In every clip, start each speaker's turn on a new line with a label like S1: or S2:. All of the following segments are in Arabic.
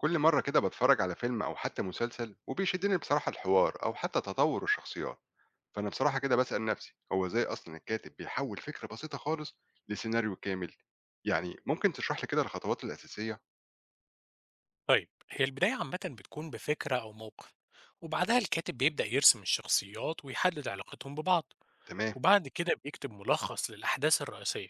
S1: كل مرة كده بتفرج على فيلم أو حتى مسلسل وبيشدني بصراحة الحوار أو حتى تطور الشخصيات. فأنا بصراحة كده بسأل نفسي هو إزاي أصلا الكاتب بيحول فكرة بسيطة خالص لسيناريو كامل. يعني ممكن تشرح لي كده الخطوات الأساسية؟
S2: طيب هي البداية عامة بتكون بفكرة أو موقف، وبعدها الكاتب بيبدأ يرسم الشخصيات ويحدد علاقتهم ببعض.
S1: تمام.
S2: وبعد كده بيكتب ملخص للأحداث الرئيسية.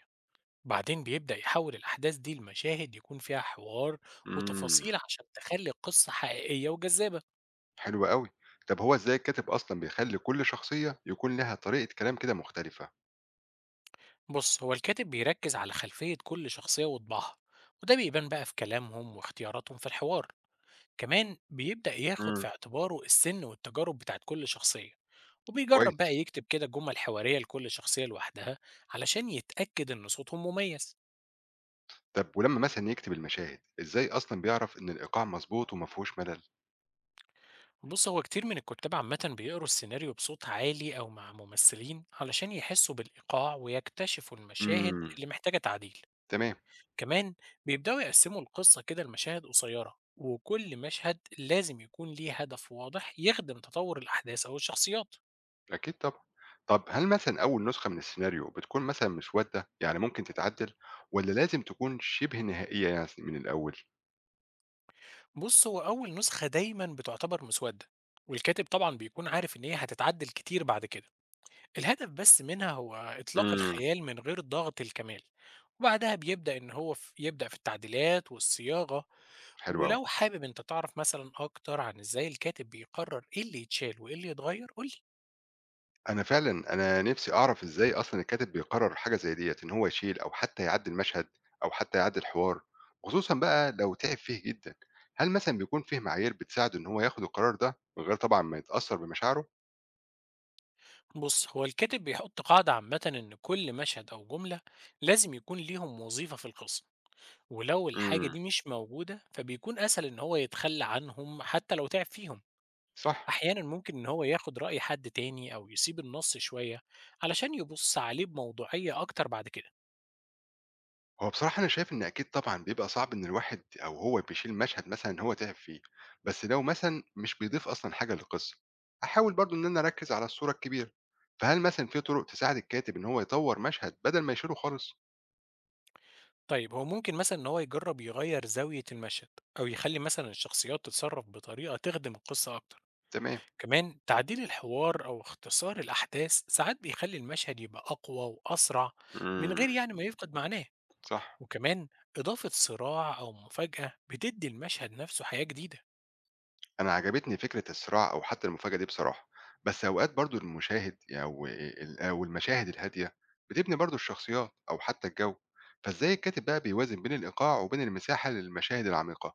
S2: بعدين بيبدأ يحول الأحداث دي لمشاهد يكون فيها حوار
S1: امم.
S2: وتفاصيل عشان تخلي القصة حقيقية وجذابة.
S1: حلو قوي. طب هو إزاي الكاتب أصلا بيخلي كل شخصية يكون لها طريقة كلام كده مختلفة؟
S2: بص، هو الكاتب بيركز على خلفية كل شخصية وطباعها، وده بيبان بقى في كلامهم واختياراتهم في الحوار. كمان بيبدأ ياخد في
S1: امم.
S2: اعتباره السن والتجارب بتاعت كل شخصية، وبيجرب
S1: كويس.
S2: بقى يكتب كده جمل حوارية لكل شخصية لوحدها، علشان يتأكد إن صوتهم مميز.
S1: طب ولما مثلا يكتب المشاهد إزاي أصلا بيعرف إن الإيقاع مظبوط ومفهوش ملل؟
S2: بص، هو كتير من الكتاب عامة بيقروا السيناريو بصوت عالي أو مع ممثلين علشان يحسوا بالإيقاع ويكتشفوا المشاهد
S1: امم.
S2: اللي محتاجة تعديل.
S1: تمام.
S2: كمان بيبدأوا يقسموا القصة كده لمشاهد قصيرة، وكل مشهد لازم يكون ليه هدف واضح يخدم تطور الأحداث أو الشخصيات.
S1: أكيد طبعًا. طب هل مثلًا أول نسخة من السيناريو بتكون مثلًا مسودة، يعني ممكن تتعدل والّا لازم تكون شبه نهائية يعني من الأول؟
S2: بص، هو أول نسخة دايما بتعتبر مسودة، والكاتب طبعا بيكون عارف إن هي هتتعدل كتير بعد كده. الهدف بس منها هو إطلاق
S1: إمم،
S2: الخيال من غير ضغط الكمال. وبعدها بيبدأ إن هو في يبدأ في التعديلات والصياغة.
S1: حلو أوي.
S2: ولو حابب أنت تعرف مثلا أكتر عن إزاي الكاتب بيقرر إيه اللي يتشال وإيه اللي يتغير قولي.
S1: أنا فعلًا أنا نفسي أعرف إزاي أصلًا الكاتب بيقرر حاجة زي ديّة، إن هو يشيل أو حتى يعدل مشهد أو حتى يعدل حوار، خصوصًا بقى لو تعب فيه جدًا. هل مثلًا بيكون فيه معايير بتساعده إن هو ياخد القرار ده من غير طبعًا ما يتأثر بمشاعره؟
S2: بص، هو الكاتب بيحط قاعدة عامة إن كل مشهد أو جملة لازم يكون ليهم وظيفة في القصة، ولو الحاجة
S1: إمم،
S2: دي مش موجودة فبيكون أسهل إن هو يتخلى عنهم حتى لو تعب فيهم.
S1: صح.
S2: أحيانا ممكن إن هو ياخد رأي حد تاني أو يسيب النص شوية علشان يبص عليه بموضوعية أكتر بعد كده.
S1: هو بصراحة أنا شايف إن أكيد طبعًا بيبقى صعب إن الواحد أو هو بيشيل مشهد مثلًا إن هو تعب فيه، بس لو مثلًا مش بيضيف أصلًا حاجة للقصة، أحاول برضه إن أنا أركّز على الصورة الكبيرة، فهل مثلًا في طرق تساعد الكاتب إن هو يطوّر مشهد بدل ما يشيله خالص؟
S2: طيب هو ممكن مثلا إن هو يجرب يغير زاوية المشهد، أو يخلي مثلا الشخصيات تتصرف بطريقة تخدم القصة أكتر.
S1: تمام،
S2: كمان تعديل الحوار أو اختصار الأحداث ساعات بيخلي المشهد يبقى أقوى وأسرع من
S1: إمم،
S2: غير يعني ما يفقد معناه.
S1: صح،
S2: وكمان إضافة صراع أو مفاجأة بتدي المشهد نفسه حياة جديدة.
S1: أنا عجبتني فكرة الصراع أو حتى المفاجأة دي بصراحة، بس أوقات برضه المشاهد الهادية بتبني برضه الشخصيات أو حتى الجو، فإزاي الكاتب بقى بيوازن بين الإيقاع وبين المساحة للمشاهد العميقة؟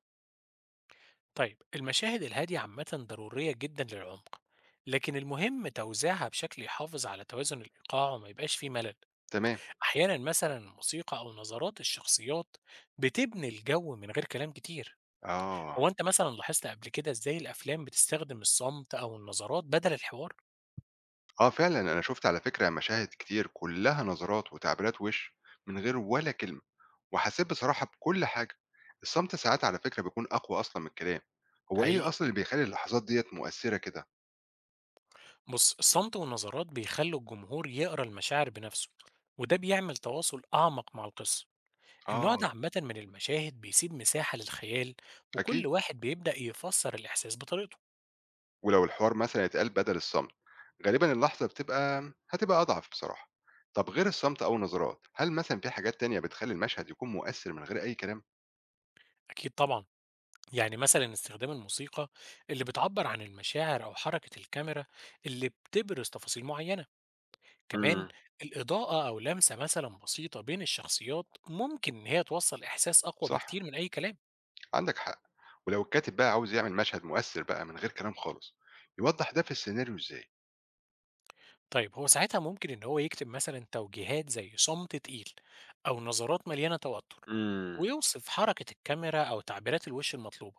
S2: طيب المشاهد الهادية عامة ضرورية جدا للعمق، لكن المهم توزيعها بشكل يحافظ على توازن الإيقاع وما يبقاش فيه ملل.
S1: تمام.
S2: أحيانا مثلا الموسيقى أو نظرات الشخصيات بتبني الجو من غير كلام كتير.
S1: آه.
S2: هو أنت مثلا لاحظت قبل كده إزاي الأفلام بتستخدم الصمت أو النظرات بدل الحوار؟
S1: آه فعلًا أنا شُفت على فكرة مشاهد كتير كلّها نظرات وتعبيرات وِش من غير ولا كلمة، وحسّيت بصراحة بكل حاجة، الصمت ساعات على فكرة بيكون أقوى أصلًا من الكلام، هو إيه
S2: حقيقي.
S1: أصلًا اللي بيخلّي اللحظات ديّة مؤثّرة كده؟
S2: بص، الصمت والنظرات بيخلوا الجمهور يقرأ المشاعر بنفسه، وده بيعمل تواصل أعمق مع القصة. النوع ده
S1: آه،
S2: عامة من المشاهد بيسيب مساحة للخيال،
S1: أكيد،
S2: وكل واحد بيبدأ يفسر الإحساس بطريقته.
S1: ولو الحوار مثلًا اتقال بدل الصمت، غالبًا اللحظة هتبقى أضعف بصراحة، طَب غير الصمت أو النظرات، هل مثلًا في حاجات تانية بتخلّي المشهد يكون مؤثّر من غير أي كلام؟
S2: أكيد طبعا، يعني مثلا استخدام الموسيقى اللي بتعبر عن المشاعر، أو حركة الكاميرا اللي بتبرز تفاصيل معينة. كمان
S1: إمم،
S2: الإضاءة أو لمسة مثلا بسيطة بين الشخصيات ممكن إن هي توصل إحساس أقوى
S1: صح.
S2: بكتير من أي كلام.
S1: عندك حق. ولو الكاتب بقى عاوز يعمل مشهد مؤثر بقى من غير كلام خالص يوضح ده في السيناريو ازاي؟
S2: طيب هو ساعتها ممكن إن هو يكتب مثلا توجيهات زي صمت تقيل، أو نظرات مليانة توتر،
S1: امم.
S2: ويوصف حركة الكاميرا أو تعبيرات الوش المطلوبة.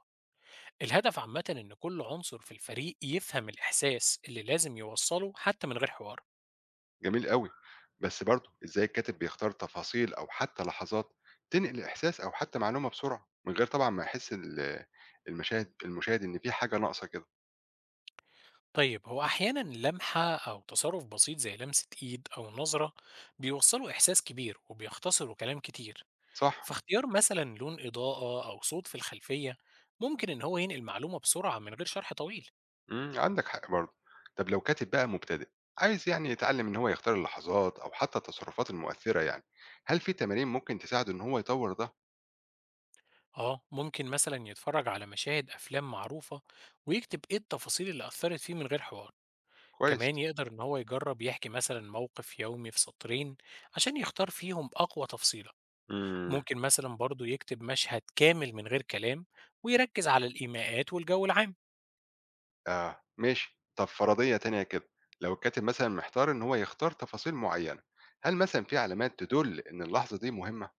S2: الهدف عامة إن كل عنصر في الفريق يفهم الإحساس اللي لازم يوصله حتى من غير حوار.
S1: جميل قوي. بس برضه ازاي الكاتب بيختار تفاصيل او حتى لحظات تنقل احساس او حتى معلومه بسرعه من غير طبعا ما يحس المشاهد ان في حاجه ناقصه كده.
S2: طيب هو أحيانا لمحة أو تصرف بسيط زي لمسة إيد أو نظرة بيوصلوا إحساس كبير وبيختصروا كلام كتير.
S1: صح.
S2: فاختيار مثلا لون إضاءة أو صوت في الخلفية ممكن إن هو ينقل معلومة بسرعة من غير شرح طويل.
S1: امم. عندك حق برضه. طب لو كاتب بقى مبتدئ عايز يعني يتعلم ان هو يختار اللحظات او حتى التصرفات المؤثره يعني هل في تمارين ممكن تساعده ان هو يطور ده؟
S2: آه، ممكن مثلا يتفرج على مشاهد أفلام معروفة ويكتب إيه التفاصيل اللي أثرت فيه من غير حوار.
S1: كويس.
S2: كمان يقدر إن هو يجرب يحكي مثلا موقف يومي في سطرين عشان يختار فيهم أقوى تفصيلة. ممكن مثلا برضو يكتب مشهد كامل من غير كلام ويركز على الإيماءات والجو العام.
S1: آه، ماشي. طب فرضية تانية كده، لو الكاتب مثلًا محتار إن هو يختار تفاصيل معيّنة، هل مثلًا في علامات تدُل إن اللحظة دي مهمة؟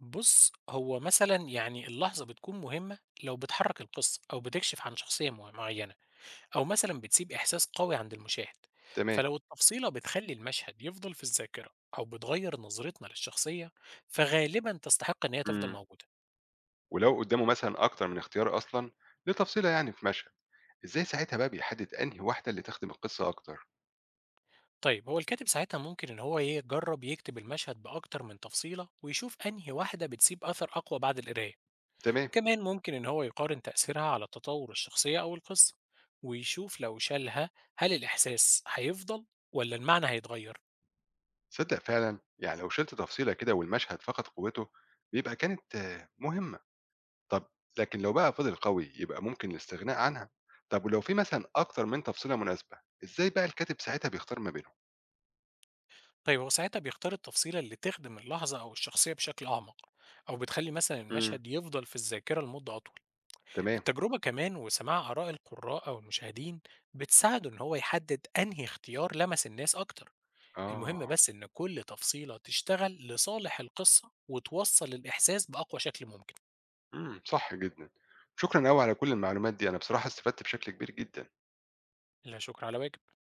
S2: بص، هو مثلا يعني اللحظة بتكون مهمة لو بتحرك القصة أو بتكشف عن شخصية معينة، أو مثلا بتسيب إحساس قوي عند المشاهد.
S1: تمام،
S2: فلو التفصيلة بتخلي المشهد يفضل في الذاكرة أو بتغير نظرتنا للشخصية، فغالبا تستحق إن هي تفضل
S1: إمم.
S2: موجودة.
S1: ولو قدّامه مثلًا أكتر من اختيار أصلًا لتفصيلة يعني في مشهد، إزاي ساعتها بقى بيحدد أنهي واحدة اللي تخدم القصة أكتر؟
S2: طيب هو الكاتب ساعتها ممكن إن هو يجرب يكتب المشهد بأكتر من تفصيلة ويشوف أنهي واحدة بتسيب أثر أقوى بعد القراية.
S1: تمام،
S2: كمان ممكن إن هو يقارن تأثيرها على تطور الشخصية أو القصة، ويشوف لو شالها هل الإحساس هيفضل ولا المعنى هيتغير.
S1: تصدق فعلًا يعني لو شِلت تفصيلة كده والمشهد فقد قوته، بيبقى كانت مهمة. طب لكن لو بقى فضل قوي، يبقى ممكن الاستغناء عنها. طب ولو في مثلًا أكتر من تفصيلة مناسبة، إزاي بقى الكاتب ساعتها بيختار ما بينهم؟
S2: طيب هو ساعتها بيختار التفصيلة اللي تخدم اللحظة أو الشخصية بشكل أعمق، أو بتخلي مثلا
S1: إمم،
S2: المشهد يفضل في الذاكرة لمدة أطول.
S1: تمام،
S2: التجربة كمان وسماع آراء القراء أو المشاهدين بتساعده إن هو يحدد أنهي اختيار لمس الناس أكتر. المهم
S1: آه،
S2: بس إن كل تفصيلة تشتغل لصالح القصة وتوصّل الإحساس بأقوى شكل ممكن.
S1: إمم، صح جدًا. شكرًا أوي على كل المعلومات دي، أنا بصراحة استفدت بشكل كبير جدًا.
S2: لا شكر على واجب.